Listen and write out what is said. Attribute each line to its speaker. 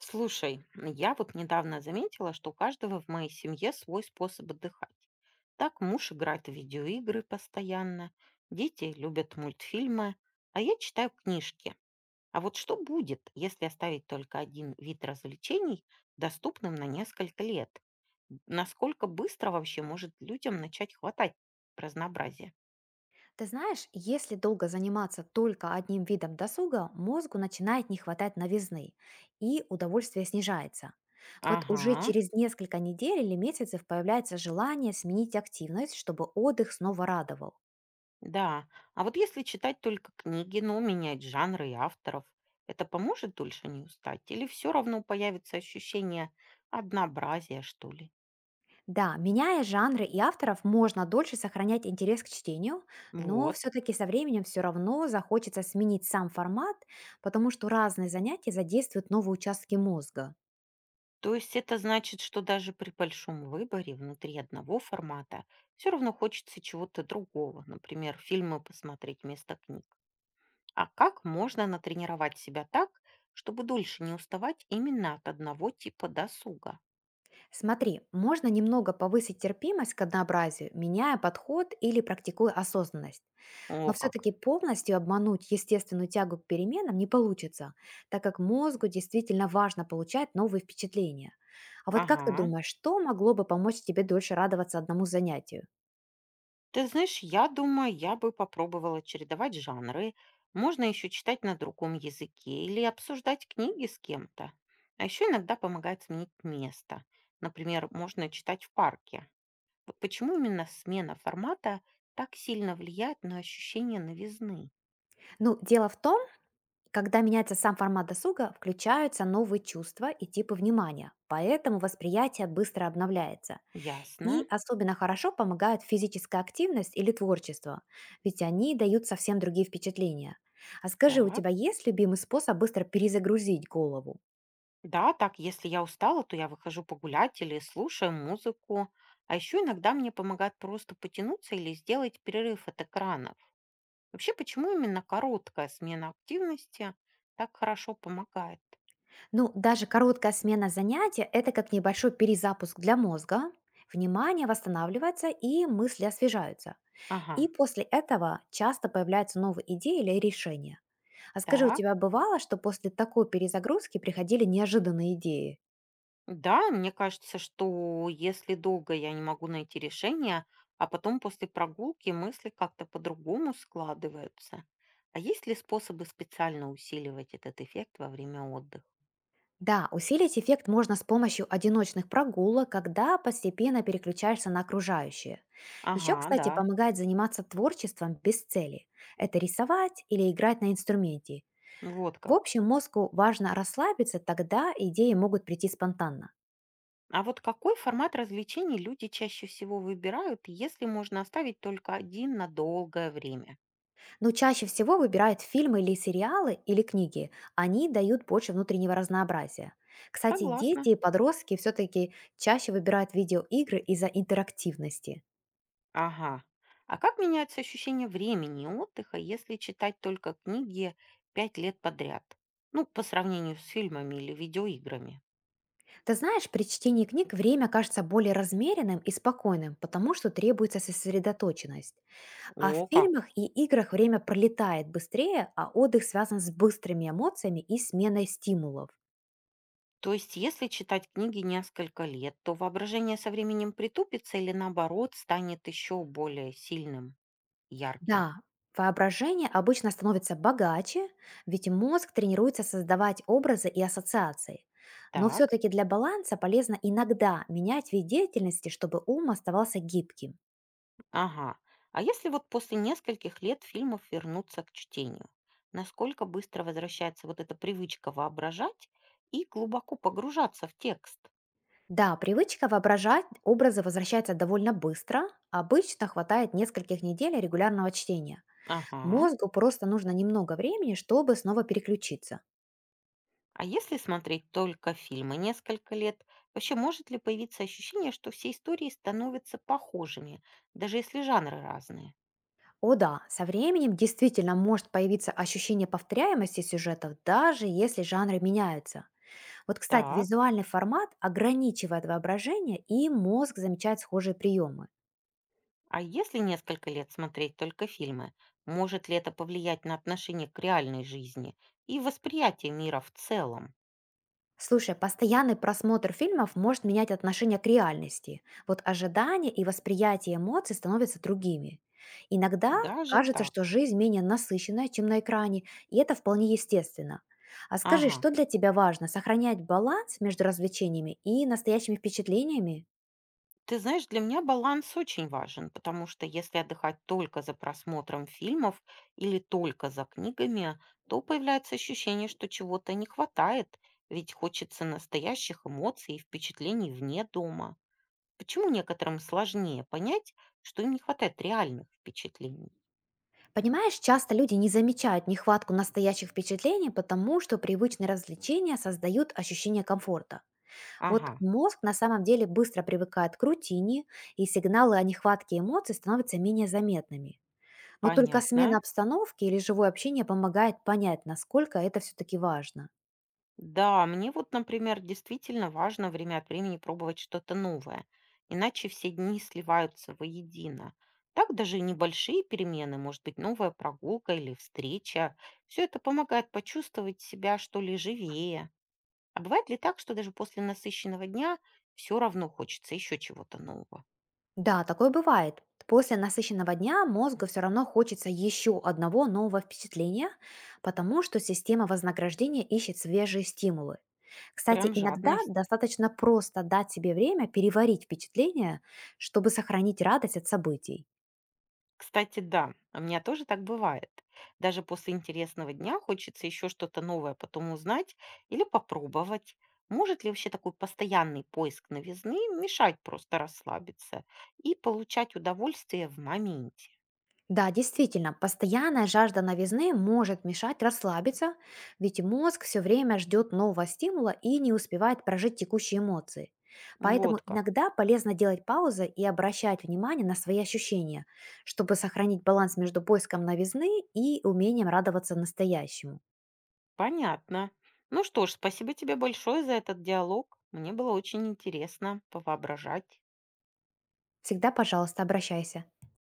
Speaker 1: Слушай, я вот недавно заметила, что у каждого в моей семье свой способ отдыхать. Так муж играет в видеоигры постоянно, дети любят мультфильмы, а я читаю книжки. А вот что будет, если оставить только один вид развлечений доступным на несколько лет? Насколько быстро вообще может людям начать хватать разнообразия?
Speaker 2: Ты знаешь, если долго заниматься только одним видом досуга, мозгу начинает не хватать новизны, и удовольствие снижается. Вот уже
Speaker 1: Ага.
Speaker 2: через несколько недель или месяцев появляется желание сменить активность, чтобы отдых снова радовал.
Speaker 1: Да, а вот если читать только книги, но менять жанры и авторов, это поможет дольше не устать? Или все равно появится ощущение однообразия, что ли?
Speaker 2: Да, меняя жанры и авторов, можно дольше сохранять интерес к чтению, но
Speaker 1: Вот.
Speaker 2: все-таки со временем все равно захочется сменить сам формат, потому что разные занятия задействуют новые участки мозга.
Speaker 1: То есть это значит, что даже при большом выборе внутри одного формата все равно хочется чего-то другого, например, фильмы посмотреть вместо книг. А как можно натренировать себя так, чтобы дольше не уставать именно от одного типа досуга?
Speaker 2: Смотри, можно немного повысить терпимость к однообразию, меняя подход или практикуя осознанность. Но
Speaker 1: О как.
Speaker 2: все-таки полностью обмануть естественную тягу к переменам не получится, так как мозгу действительно важно получать новые впечатления. А вот как ты
Speaker 1: Ага.
Speaker 2: думаешь, что могло бы помочь тебе дольше радоваться одному занятию?
Speaker 1: Ты знаешь, я думаю, я бы попробовала чередовать жанры. Можно еще читать на другом языке или обсуждать книги с кем-то. А еще иногда помогает сменить место. Например, можно читать в парке. Вот почему именно смена формата так сильно влияет на ощущение новизны?
Speaker 2: Ну, дело в том, когда меняется сам формат досуга, включаются новые чувства и типы внимания, поэтому восприятие быстро обновляется.
Speaker 1: Ясно.
Speaker 2: И особенно хорошо помогают физическая активность или творчество, ведь они дают совсем другие впечатления. А скажи, у
Speaker 1: Так.
Speaker 2: тебя есть любимый способ быстро перезагрузить голову?
Speaker 1: Да, так, если я устала, то я выхожу погулять или слушаю музыку. А еще иногда мне помогает просто потянуться или сделать перерыв от экранов. Вообще, почему именно короткая смена активности так хорошо помогает?
Speaker 2: Ну, даже короткая смена занятия– это как небольшой перезапуск для мозга. Внимание восстанавливается и мысли освежаются.
Speaker 1: Ага,
Speaker 2: И после этого часто появляются новые идеи или решения. А скажи, у
Speaker 1: так.
Speaker 2: тебя бывало, что после такой перезагрузки приходили неожиданные идеи?
Speaker 1: Да, мне кажется, что если долго я не могу найти решение, а потом после прогулки мысли как-то по-другому складываются. А есть ли способы специально усиливать этот эффект во время отдыха?
Speaker 2: Да, усилить эффект можно с помощью одиночных прогулок, когда постепенно переключаешься на окружающее. Еще,
Speaker 1: Ага, да,
Speaker 2: кстати, помогает заниматься творчеством без цели. Это рисовать или играть на инструменте.
Speaker 1: вот
Speaker 2: В
Speaker 1: как.
Speaker 2: общем, мозгу важно расслабиться, тогда идеи могут прийти спонтанно.
Speaker 1: А вот какой формат развлечений люди чаще всего выбирают, если можно оставить только один на долгое время?
Speaker 2: Но чаще всего выбирают фильмы или сериалы или книги. Они дают больше внутреннего разнообразия. Кстати,
Speaker 1: Согласна.
Speaker 2: дети и подростки все-таки чаще выбирают видеоигры из-за интерактивности.
Speaker 1: Ага. А как меняются ощущения времени и отдыха, если читать только книги 5 лет подряд? Ну, по сравнению с фильмами или видеоиграми.
Speaker 2: Ты знаешь, при чтении книг время кажется более размеренным и спокойным, потому что требуется сосредоточенность. А в
Speaker 1: О,
Speaker 2: фильмах
Speaker 1: как.
Speaker 2: и играх время пролетает быстрее, а отдых связан с быстрыми эмоциями и сменой стимулов.
Speaker 1: То есть, если читать книги несколько лет, то воображение со временем притупится или наоборот станет еще более сильным, ярким.
Speaker 2: Да, воображение обычно становится богаче, ведь мозг тренируется создавать образы и ассоциации. Но
Speaker 1: Так,
Speaker 2: все-таки для баланса полезно иногда менять вид деятельности, чтобы ум оставался гибким.
Speaker 1: ага. А если вот после нескольких лет фильмов вернуться к чтению, насколько быстро возвращается вот эта привычка воображать и глубоко погружаться в текст?
Speaker 2: Да, привычка воображать образы возвращается довольно быстро. Обычно хватает нескольких недель регулярного чтения.
Speaker 1: Ага.
Speaker 2: Мозгу просто нужно немного времени, чтобы снова переключиться.
Speaker 1: А если смотреть только фильмы несколько лет, вообще может ли появиться ощущение, что все истории становятся похожими, даже если жанры разные?
Speaker 2: О да, со временем действительно может появиться ощущение повторяемости сюжетов, даже если жанры меняются. Вот, кстати,
Speaker 1: Так.
Speaker 2: визуальный формат ограничивает воображение, и мозг замечает схожие приемы.
Speaker 1: А если несколько лет смотреть только фильмы, может ли это повлиять на отношение к реальной жизни и восприятие мира в целом?
Speaker 2: Слушай, постоянный просмотр фильмов может менять отношение к реальности. Вот ожидания и восприятие эмоций становятся другими. Иногда
Speaker 1: Даже
Speaker 2: кажется, что
Speaker 1: так.
Speaker 2: жизнь менее насыщенная, чем на экране, и это вполне естественно. А скажи,
Speaker 1: Ага.
Speaker 2: что для тебя важно? Сохранять баланс между развлечениями и настоящими впечатлениями?
Speaker 1: Ты знаешь, для меня баланс очень важен, потому что если отдыхать только за просмотром фильмов или только за книгами, то появляется ощущение, что чего-то не хватает, ведь хочется настоящих эмоций и впечатлений вне дома. Почему некоторым сложнее понять, что им не хватает реальных впечатлений?
Speaker 2: Понимаешь, часто люди не замечают нехватку настоящих впечатлений, потому что привычные развлечения создают ощущение комфорта. Вот
Speaker 1: Ага,
Speaker 2: мозг на самом деле быстро привыкает к рутине, и сигналы о нехватке эмоций становятся менее заметными. Но только смена
Speaker 1: понятно.
Speaker 2: обстановки или живое общение помогает понять, насколько это все-таки важно.
Speaker 1: Да, мне вот, например, действительно важно время от времени пробовать что-то новое, иначе все дни сливаются воедино. Так даже и небольшие перемены, может быть, новая прогулка или встреча, все это помогает почувствовать себя, что ли, живее. А бывает ли так, что даже после насыщенного дня все равно хочется еще чего-то нового?
Speaker 2: Да, такое бывает. После насыщенного дня мозгу все равно хочется еще одного нового впечатления, потому что система вознаграждения ищет свежие стимулы. Кстати,
Speaker 1: Прям
Speaker 2: иногда
Speaker 1: жадность.
Speaker 2: достаточно просто дать себе время переварить впечатление, чтобы сохранить радость от событий.
Speaker 1: Кстати, да, у меня тоже так бывает. Даже после интересного дня хочется еще что-то новое потом узнать или попробовать. Может ли вообще такой постоянный поиск новизны мешать просто расслабиться и получать удовольствие в моменте?
Speaker 2: Да, действительно, постоянная жажда новизны может мешать расслабиться, ведь мозг все время ждет нового стимула и не успевает прожить текущие эмоции. Поэтому
Speaker 1: Вот как.
Speaker 2: иногда полезно делать паузы и обращать внимание на свои ощущения, чтобы сохранить баланс между поиском новизны и умением радоваться настоящему.
Speaker 1: Понятно. Ну что ж, спасибо тебе большое за этот диалог. Мне было очень интересно повоображать.
Speaker 2: Всегда, пожалуйста, обращайся.